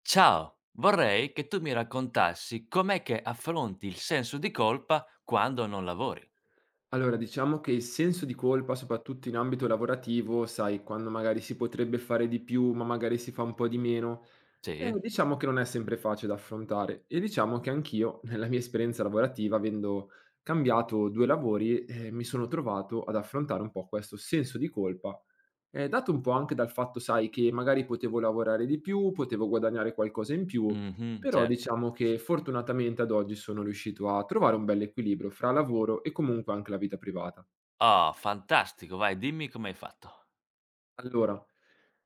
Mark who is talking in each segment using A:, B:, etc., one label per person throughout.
A: Ciao, vorrei che tu mi raccontassi com'è che affronti il senso di colpa quando non lavori.
B: Diciamo che il senso di colpa, soprattutto in ambito lavorativo, sai, quando magari si potrebbe fare di più, ma magari si fa un po' di meno,
A: Sì?
B: diciamo che non è sempre facile da affrontare e diciamo che anch'io, nella mia esperienza lavorativa, avendo cambiato 2 lavori, mi sono trovato ad affrontare un po' questo senso di colpa, dato un po' anche dal fatto, sai, che magari potevo lavorare di più, potevo guadagnare qualcosa in più,
A: Mh-mh,
B: però
A: certo.
B: diciamo che fortunatamente ad oggi sono riuscito a trovare un bell'equilibrio fra lavoro e comunque anche la vita privata.
A: Oh, fantastico, vai, dimmi come hai fatto.
B: Allora.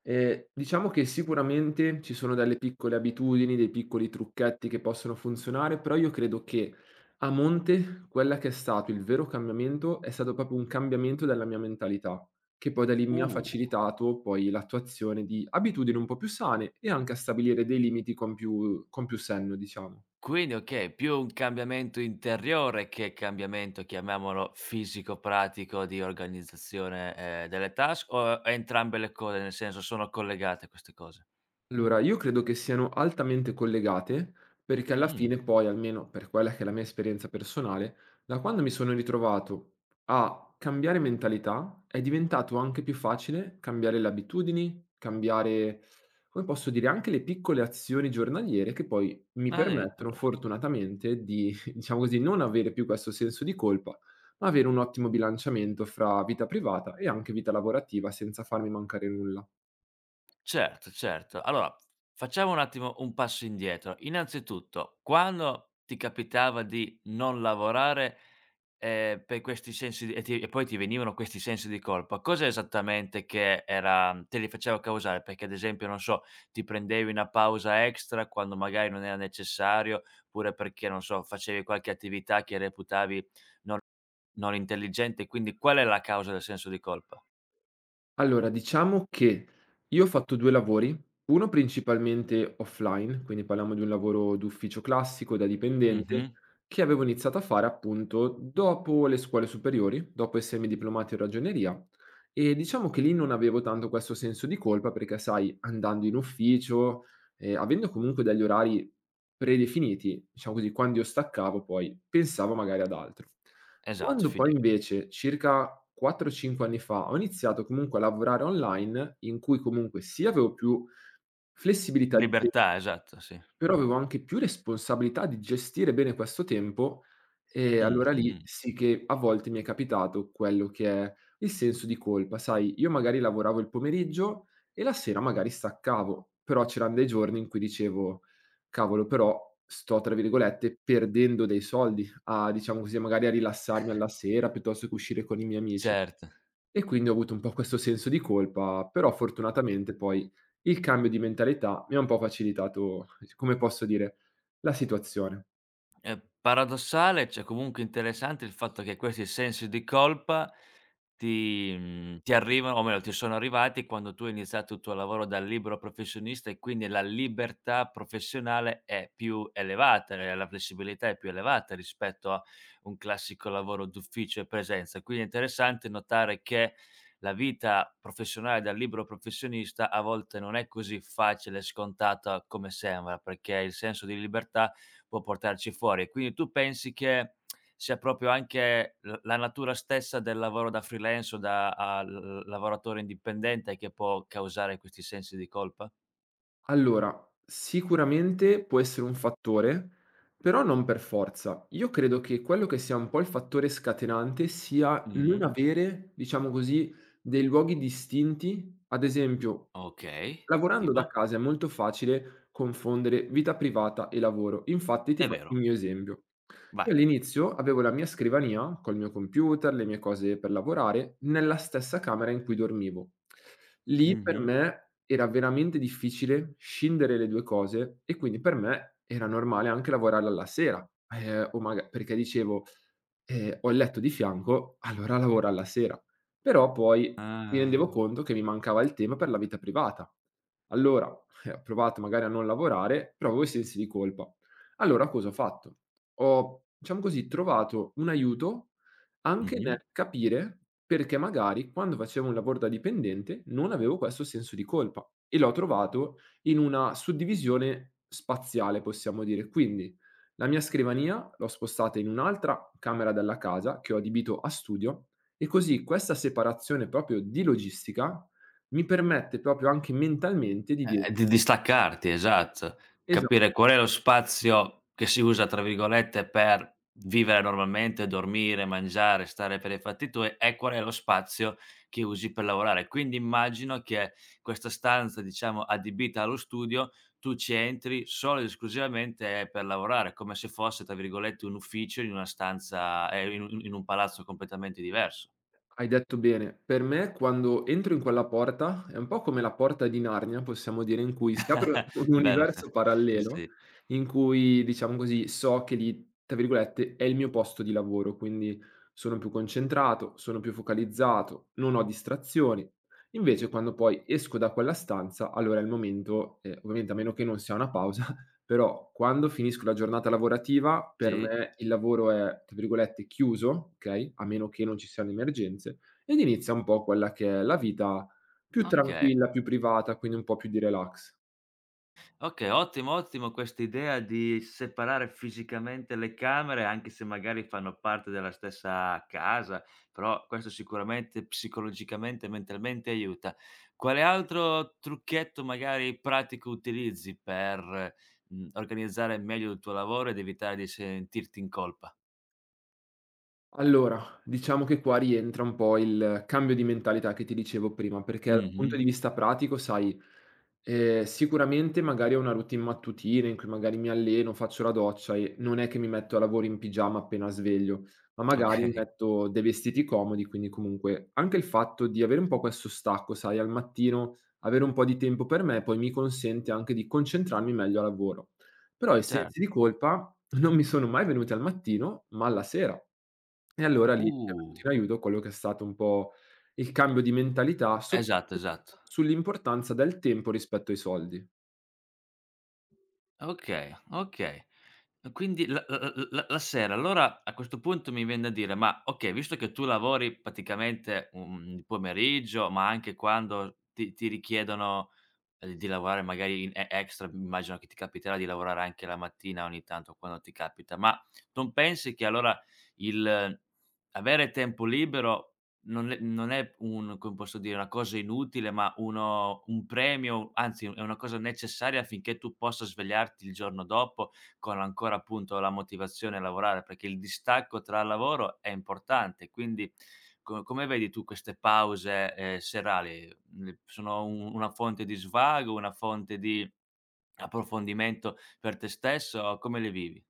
B: Diciamo che sicuramente ci sono delle piccole abitudini, dei piccoli trucchetti che possono funzionare, però io credo che a monte quella che è stato il vero cambiamento, è stato proprio un cambiamento della mia mentalità, che poi da lì mi ha
A: Uh,
B: facilitato poi l'attuazione di abitudini un po' più sane e anche a stabilire dei limiti con più senno, diciamo.
A: quindi okay, più un cambiamento interiore che cambiamento, chiamiamolo fisico, pratico di organizzazione, delle task o entrambe le cose, nel senso sono collegate queste cose?
B: Allora, io credo che siano altamente collegate, perché alla
A: Mh,
B: fine poi, almeno per quella che è la mia esperienza personale, da quando mi sono ritrovato a cambiare mentalità, è diventato anche più facile cambiare le abitudini, cambiare, come posso dire, anche le piccole azioni giornaliere che poi mi permettono
A: addirittura.
B: fortunatamente di, diciamo così, non avere più questo senso di colpa, ma avere un ottimo bilanciamento fra vita privata e anche vita lavorativa senza farmi mancare nulla.
A: Certo, certo. Allora, facciamo un attimo un passo indietro. Innanzitutto, quando ti capitava di non lavorare, per questi sensi di e ti e poi ti venivano questi sensi di colpa, cos'è esattamente che era te li faceva causare? Perché ad esempio, non so, ti prendevi una pausa extra quando magari non era necessario, oppure perché, non so, facevi qualche attività che reputavi non non intelligente, quindi qual è la causa del senso di colpa?
B: Allora, diciamo che io ho fatto 2 lavori, uno principalmente offline, quindi parliamo di un lavoro d'ufficio classico da
A: Mh-mh,
B: dipendente, che avevo iniziato a fare appunto dopo le scuole superiori, dopo essermi diplomato in ragioneria e diciamo che lì non avevo tanto questo senso di colpa perché, sai, andando in ufficio, avendo comunque degli orari predefiniti, diciamo così, quando io staccavo poi pensavo magari ad altro.
A: esatto,
B: Quando poi
A: finiv
B: invece, circa 4, 5 anni fa, ho iniziato comunque a lavorare online, in cui comunque sì avevo più flessibilità di
A: libertà, esatto, sì.
B: però avevo anche più responsabilità di gestire bene questo tempo, e allora lì
A: Mh-mh,
B: sì che a volte mi è capitato quello che è il senso di colpa, sai, io magari lavoravo il pomeriggio e la sera magari staccavo, però c'eran dei giorni in cui dicevo: "Cavolo, però sto, tra virgolette, "perdendo" dei soldi a, diciamo così, magari a rilassarmi alla sera piuttosto che uscire con i miei amici."
A: certo.
B: E quindi ho avuto un po' questo senso di colpa, però fortunatamente poi il cambio di mentalità mi ha un po' facilitato, come posso dire, la situazione.
A: È paradossale, cioè comunque interessante il fatto che questi sensi di colpa ti arrivano o meglio ti sono arrivati quando tu hai iniziato il tuo lavoro da libero professionista e quindi la libertà professionale è più elevata, e la flessibilità è più elevata rispetto a un classico lavoro d'ufficio e presenza. Quindi è interessante notare che la vita professionale da libero professionista a volte non è così facile e scontata come sembra, perché il senso di libertà può portarci fuori. Quindi tu pensi che sia proprio anche l la natura stessa del lavoro da freelance o da a l lavoratore indipendente che può causare questi sensi di colpa?
B: Allora, sicuramente può essere un fattore, però non per forza. Io credo che quello che sia un po' il fattore scatenante sia non
A: Mh-mh.
B: avere, diciamo così, dei luoghi distinti, ad esempio.
A: Okay,
B: Lavorando da
A: tipo?
B: casa è molto facile confondere vita privata e lavoro, infatti ti
A: È
B: faccio il
A: vero,
B: mio esempio. Io
A: vai.
B: all'inizio avevo la mia scrivania col mio computer, le mie cose per lavorare, nella stessa camera in cui dormivo. Lì per
A: Mh-mh.
B: me era veramente difficile scindere le due cose e quindi per me era normale anche lavorare alla sera, o maga perché dicevo: Ho il letto di fianco, allora lavoro alla sera." Però poi mi rendevo
A: Ah.
B: conto che mi mancava il tema per la vita privata. Allora, ho provato magari a non lavorare, però avevo i sensi di colpa. Allora cosa ho fatto? Ho, diciamo così, trovato un aiuto anche
A: Mh-mh.
B: nel capire perché magari quando facevo un lavoro da dipendente non avevo questo senso di colpa e l'ho trovato in una suddivisione spaziale, possiamo dire. Quindi la mia scrivania l'ho spostata in un'altra camera della casa che ho adibito a studio e così questa separazione proprio di logistica mi permette proprio anche mentalmente di dire:
A: Di distaccarti, esatto.
B: esatto.
A: Capire qual è lo spazio che si usa, tra virgolette, per vivere normalmente, dormire, mangiare, stare per i fatti tuoi, e qual è lo spazio che usi per lavorare. Quindi immagino che questa stanza, diciamo, adibita allo studio, tu ci entri solo ed esclusivamente per lavorare, come se fosse, tra virgolette, "un ufficio" in una stanza in un palazzo completamente diverso.
B: Hai detto bene. Per me quando entro in quella porta, è un po' come la porta di Narnia, possiamo dire, in cui si apre un
A: Bello.
B: universo
A: Sì,
B: parallelo,
A: sì.
B: in cui, diciamo così, so che lì, tra virgolette, "è il mio posto di lavoro", quindi sono più concentrato, sono più focalizzato, non ho distrazioni. Invece quando poi esco da quella stanza, allora è il momento, ovviamente a meno che non sia una pausa, però quando finisco la giornata lavorativa, per
A: Sì?
B: me il lavoro è, tra virgolette, "chiuso", okay, a meno che non ci siano emergenze, ed inizia un po' quella che è la vita più
A: Okay.
B: tranquilla, più privata, quindi un po' più di relax.
A: Okay, ottimo, ottimo questa idea di separare fisicamente le camere, anche se magari fanno parte della stessa casa, però questo sicuramente psicologicamente e mentalmente aiuta. Quale altro trucchetto magari pratico utilizzi per organizzare meglio il tuo lavoro ed evitare di sentirti in colpa?
B: Allora, diciamo che qua rientra un po' il cambio di mentalità che ti dicevo prima, perché dal punto
A: Mh-mh.
B: di vista pratico, sai, sicuramente magari ho una routine mattutina in cui magari mi alleno, faccio la doccia e non è che mi metto a lavoro in pigiama appena sveglio, ma magari mi
A: Okay,
B: metto dei vestiti comodi, quindi comunque anche il fatto di avere un po' questo stacco, sai, al mattino avere un po' di tempo per me, poi mi consente anche di concentrarmi meglio al lavoro. Però i sensi di
A: certo.
B: colpa non mi sono mai venuti al mattino, ma alla sera. E allora lì è venuto
A: Uh,
B: in aiuto quello che è stato un po' il cambio di mentalità,
A: esatto,
B: soprattutto
A: esatto.
B: sull'importanza del tempo rispetto ai soldi.
A: Okay, okay. E quindi la sera, allora a questo punto mi vien da dire: ma okay, visto che tu lavori praticamente, il pomeriggio, ma anche quando ti richiedono di lavorare magari in e extra, immagino che ti capiterà di lavorare anche la mattina ogni tanto quando ti capita, ma non pensi che allora il avere tempo libero non è, un, come posso dire, una cosa inutile, ma uno un premio, anzi è una cosa necessaria affinché tu possa svegliarti il giorno dopo con ancora appunto la motivazione a lavorare, perché il distacco tra lavoro è importante. Quindi co come vedi tu queste pause, serali? Sono un una fonte di svago, una fonte di approfondimento per te stesso. Come le vivi?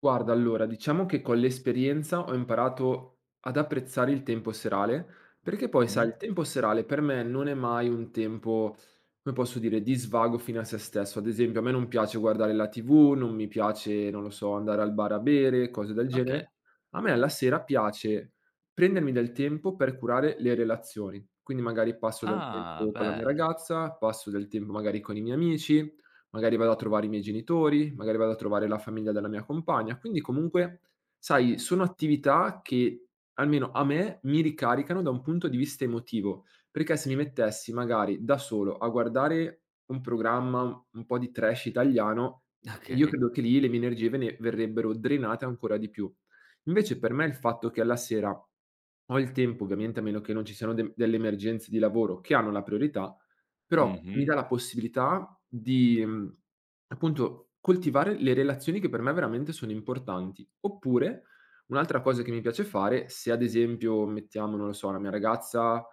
B: Guarda, allora, diciamo che con l'esperienza ho imparato ad apprezzare il tempo serale, perché poi, sai,
A: Mh?
B: il tempo serale per me non è mai un tempo, come posso dire, di svago fine a se stesso. Ad esempio, a me non piace guardare la TV, non mi piace, non lo so, andare al bar a bere, cose del
A: Okay.
B: genere. A me alla sera piace prendermi del tempo per curare le relazioni. Quindi magari passo del
A: Ah,
B: tempo con la mia
A: bella.
B: ragazza, passo del tempo magari con i miei amici, magari vado a trovare i miei genitori, magari vado a trovare la famiglia della mia compagna. Quindi comunque, sai, sono attività che almeno a me mi ricaricano da un punto di vista emotivo, perché se mi mettessi magari da solo a guardare un programma un po' di trash italiano, io
A: Okay.
B: credo che lì le mie energie ve ne verrebbero drenate ancora di più. Invece per me il fatto che alla sera ho il tempo, ovviamente a meno che non ci siano delle emergenze di lavoro che hanno la priorità, però mi
A: Mh-mh.
B: dà la possibilità di, appunto coltivare le relazioni che per me veramente sono importanti. Oppure un'altra cosa che mi piace fare, se ad esempio mettiamo, non lo so, la mia ragazza,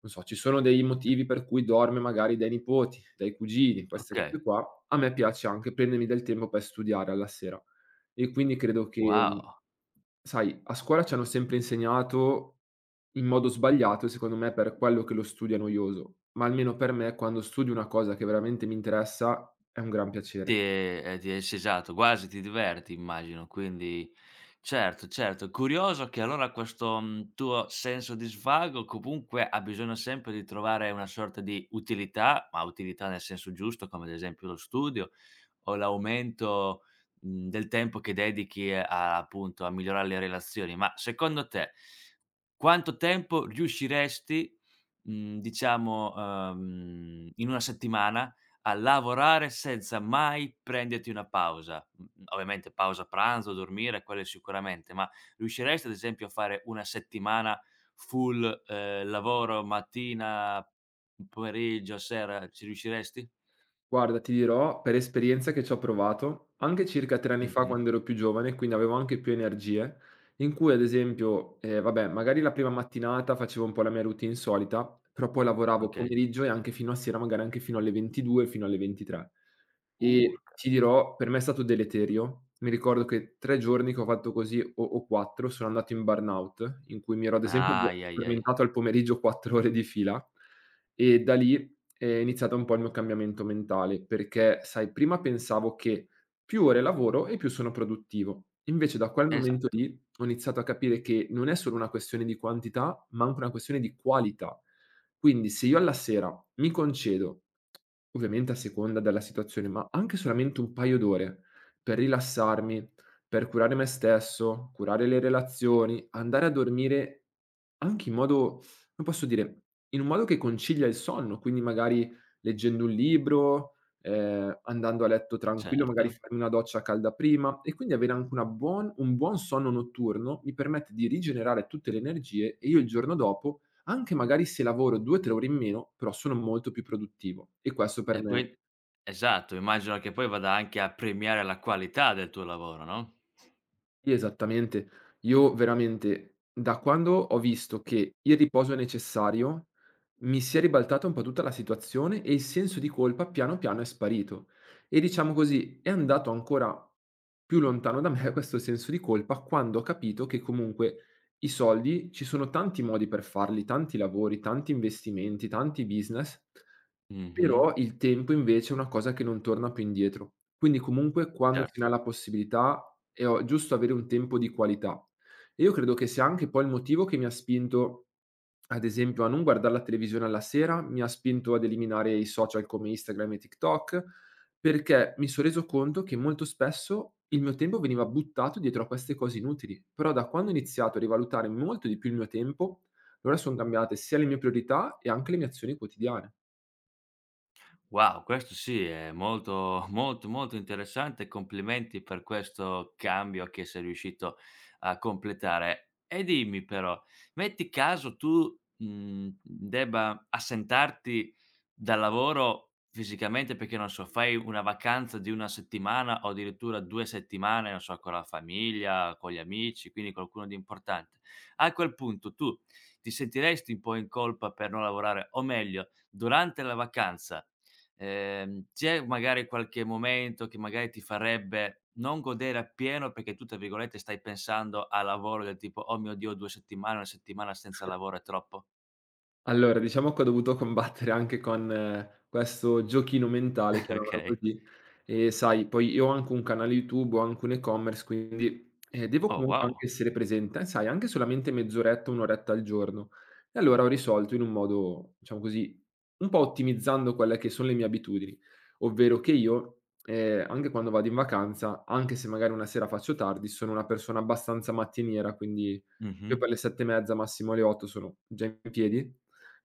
B: non so, ci sono dei motivi per cui dorme magari dai nipoti, dai cugini, queste
A: Okay.
B: cose qua, a me piace anche prendermi del tempo per studiare alla sera. E quindi credo che,
A: Wow.
B: sai, a scuola ci hanno sempre insegnato in modo sbagliato, secondo me, per quello che lo studio è noioso, ma almeno per me, quando studio una cosa che veramente mi interessa, è un gran
A: Ti
B: piacere.
A: ehm, ti è sì, esatto, quasi ti diverti immagino, quindi certo, certo. Curioso che allora questo, tuo senso di svago comunque ha bisogno sempre di trovare una sorta di utilità, ma utilità nel senso giusto, come ad esempio lo studio o l'aumento, del tempo che dedichi a, appunto, a migliorare le relazioni, ma secondo te, quanto tempo riusciresti, diciamo, in 1 settimana a lavorare senza mai prenderti una pausa? Mhmm, ovviamente pausa pranzo, dormire, quelle sicuramente, ma riusciresti ad esempio a fare 1 settimana full, lavoro mattina, pomeriggio, sera, ci riusciresti?
B: Guarda, ti dirò per esperienza che ci ho provato, anche circa 3 anni fa Mh-mh.
A: Mh-mh,
B: Quando ero più giovane, quindi avevo anche più energie, in cui ad esempio, vabbè magari la prima mattinata facevo un po' la mia routine solita, però poi lavoravo
A: okay.
B: pomeriggio e anche fino a sera, magari anche fino alle 22, fino alle 23.
A: Uh.
B: E ti dirò, per me è stato deleterio. Mi ricordo che 3 giorni che ho fatto così o 4 sono andato in burnout, in cui mi ero ad esempio
A: Ai, ai, ai.
B: addormentato al pomeriggio 4 ore di fila e da lì è iniziato un po' il mio cambiamento mentale, perché sai, prima pensavo che più ore lavoro e più sono produttivo. Invece da quel momento
A: Esatto,
B: lì ho iniziato a capire che non è solo una questione di quantità, ma anche una questione di qualità. Quindi se io alla sera mi concedo, ovviamente a seconda della situazione, ma anche solamente un paio d'ore per rilassarmi, per curare me stesso, curare le relazioni, andare a dormire anche in modo, come posso dire, in un modo che concilia il sonno, quindi magari leggendo un libro, andando a letto tranquillo, magari
A: certo.
B: farmi una doccia calda prima e quindi avere anche una buon un buon sonno notturno mi permette di rigenerare tutte le energie e io il giorno dopo, anche magari se lavoro 2, 3 ore in meno, però sono molto più produttivo e questo per
A: E qui
B: me.
A: esatto, immagino che poi vada anche a premiare la qualità del tuo lavoro, no?
B: Sì, esattamente. Io veramente da quando ho visto che il riposo è necessario, mi si è ribaltata un po' tutta la situazione e il senso di colpa piano piano è sparito. E diciamo così, è andato ancora più lontano da me questo senso di colpa quando ho capito che comunque i soldi ci sono tanti modi per farli, tanti lavori, tanti investimenti, tanti business,
A: Mh-mh,
B: però il tempo invece è una cosa che non torna più indietro. Quindi comunque quando se ne ha
A: certo.
B: la possibilità è o giusto avere un tempo di qualità. E io credo che sia anche poi il motivo che mi ha spinto, ad esempio, a non guardar la televisione alla sera, mi ha spinto ad eliminare i social come Instagram e TikTok, perché mi son reso conto che molto spesso il mio tempo veniva buttato dietro a queste cose inutili, però da quando ho iniziato a rivalutare molto di più il mio tempo, allora son cambiate sia le mie priorità e anche le mie azioni quotidiane.
A: Wow, questo sì è molto, molto, molto interessante. Complimenti per questo cambio che sei riuscito a completare. E dimmi però, metti caso tu, debba assentarti dal lavoro fisicamente perché, non so, fai una vacanza di 1 settimana o addirittura 2 settimane, non so, con la famiglia, con gli amici, quindi qualcuno di importante. A quel punto tu ti sentiresti un po' in colpa per non lavorare o meglio, durante la vacanza. C'è magari qualche momento che magari ti farebbe non godere appieno perché tu, tra virgolette, stai pensando al lavoro del tipo: "Oh mio Dio, 2 settimane, 1 settimana senza lavoro è troppo."
B: Allora, diciamo che ho dovuto combattere anche con questo giochino mentale, chiamiamolo
A: Okay.
B: così, e sai, poi io ho anche un canale YouTube, ho anche un e-commerce, quindi, devo
A: Oh
B: comunque anche
A: wow.
B: essere presente, sai, anche solamente mezz'oretta, 1 oretta al giorno. E allora ho risolto in un modo, diciamo così, un po' ottimizzando quelle che sono le mie abitudini, ovvero che io, anche quando vado in vacanza, anche se magari una sera faccio tardi, sono una persona abbastanza mattiniera, quindi
A: Mh-mh.
B: io per le 7 e mezza, massimo le 8 sono già in piedi.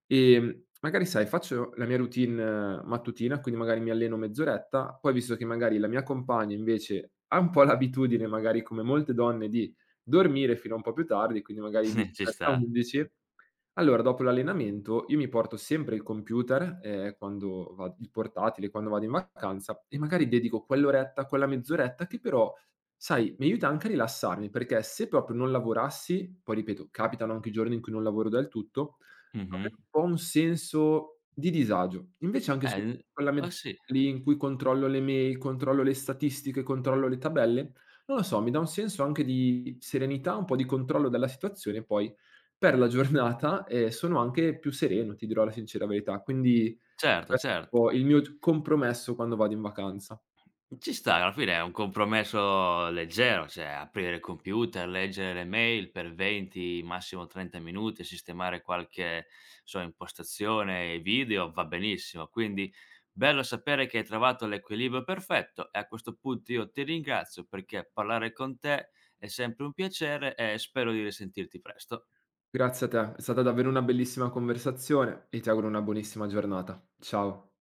B: Magari sai, faccio la mia routine mattutina, quindi magari mi alleno mezz'oretta, poi visto che magari la mia compagna invece ha un po' l'abitudine, magari come molte donne, di dormire fino a un po' più tardi, quindi magari
A: Ci
B: 10:30,
A: sta.
B: 11 allora, dopo l'allenamento io mi porto sempre il computer, quando va il portatile quando vado in vacanza e magari dedico quell'oretta, quella mezz'oretta che però, sai, mi aiuta anche a rilassarmi, perché se proprio non lavorassi, poi ripeto, capitano anche i giorni in cui non lavoro del tutto, avrei
A: Mh-mh.
B: un po' un senso di disagio. Invece anche solo
A: L
B: quella
A: eh
B: mezz'ora
A: sì,
B: lì in cui controllo le mail, controllo le statistiche, controllo le tabelle, non lo so, mi dà un senso anche di serenità, un po' di controllo della situazione e poi per la giornata, sono anche più sereno, ti dirò la sincera verità. Quindi
A: certo,
B: questo è un
A: cert
B: po' il mio g compromesso quando vado in vacanza.
A: Ci sta, alla fine è un compromesso leggero, cioè aprire il computer, leggere le mail per 20, massimo 30 minuti, sistemare qualche sua impostazione e video, va benissimo. Quindi bello sapere che hai trovato l'equilibrio perfetto e a questo punto io ti ringrazio perché parlare con te è sempre un piacere e spero di risentirti presto.
B: Grazie a te, è stata davvero una bellissima conversazione e ti auguro una buonissima giornata. Ciao.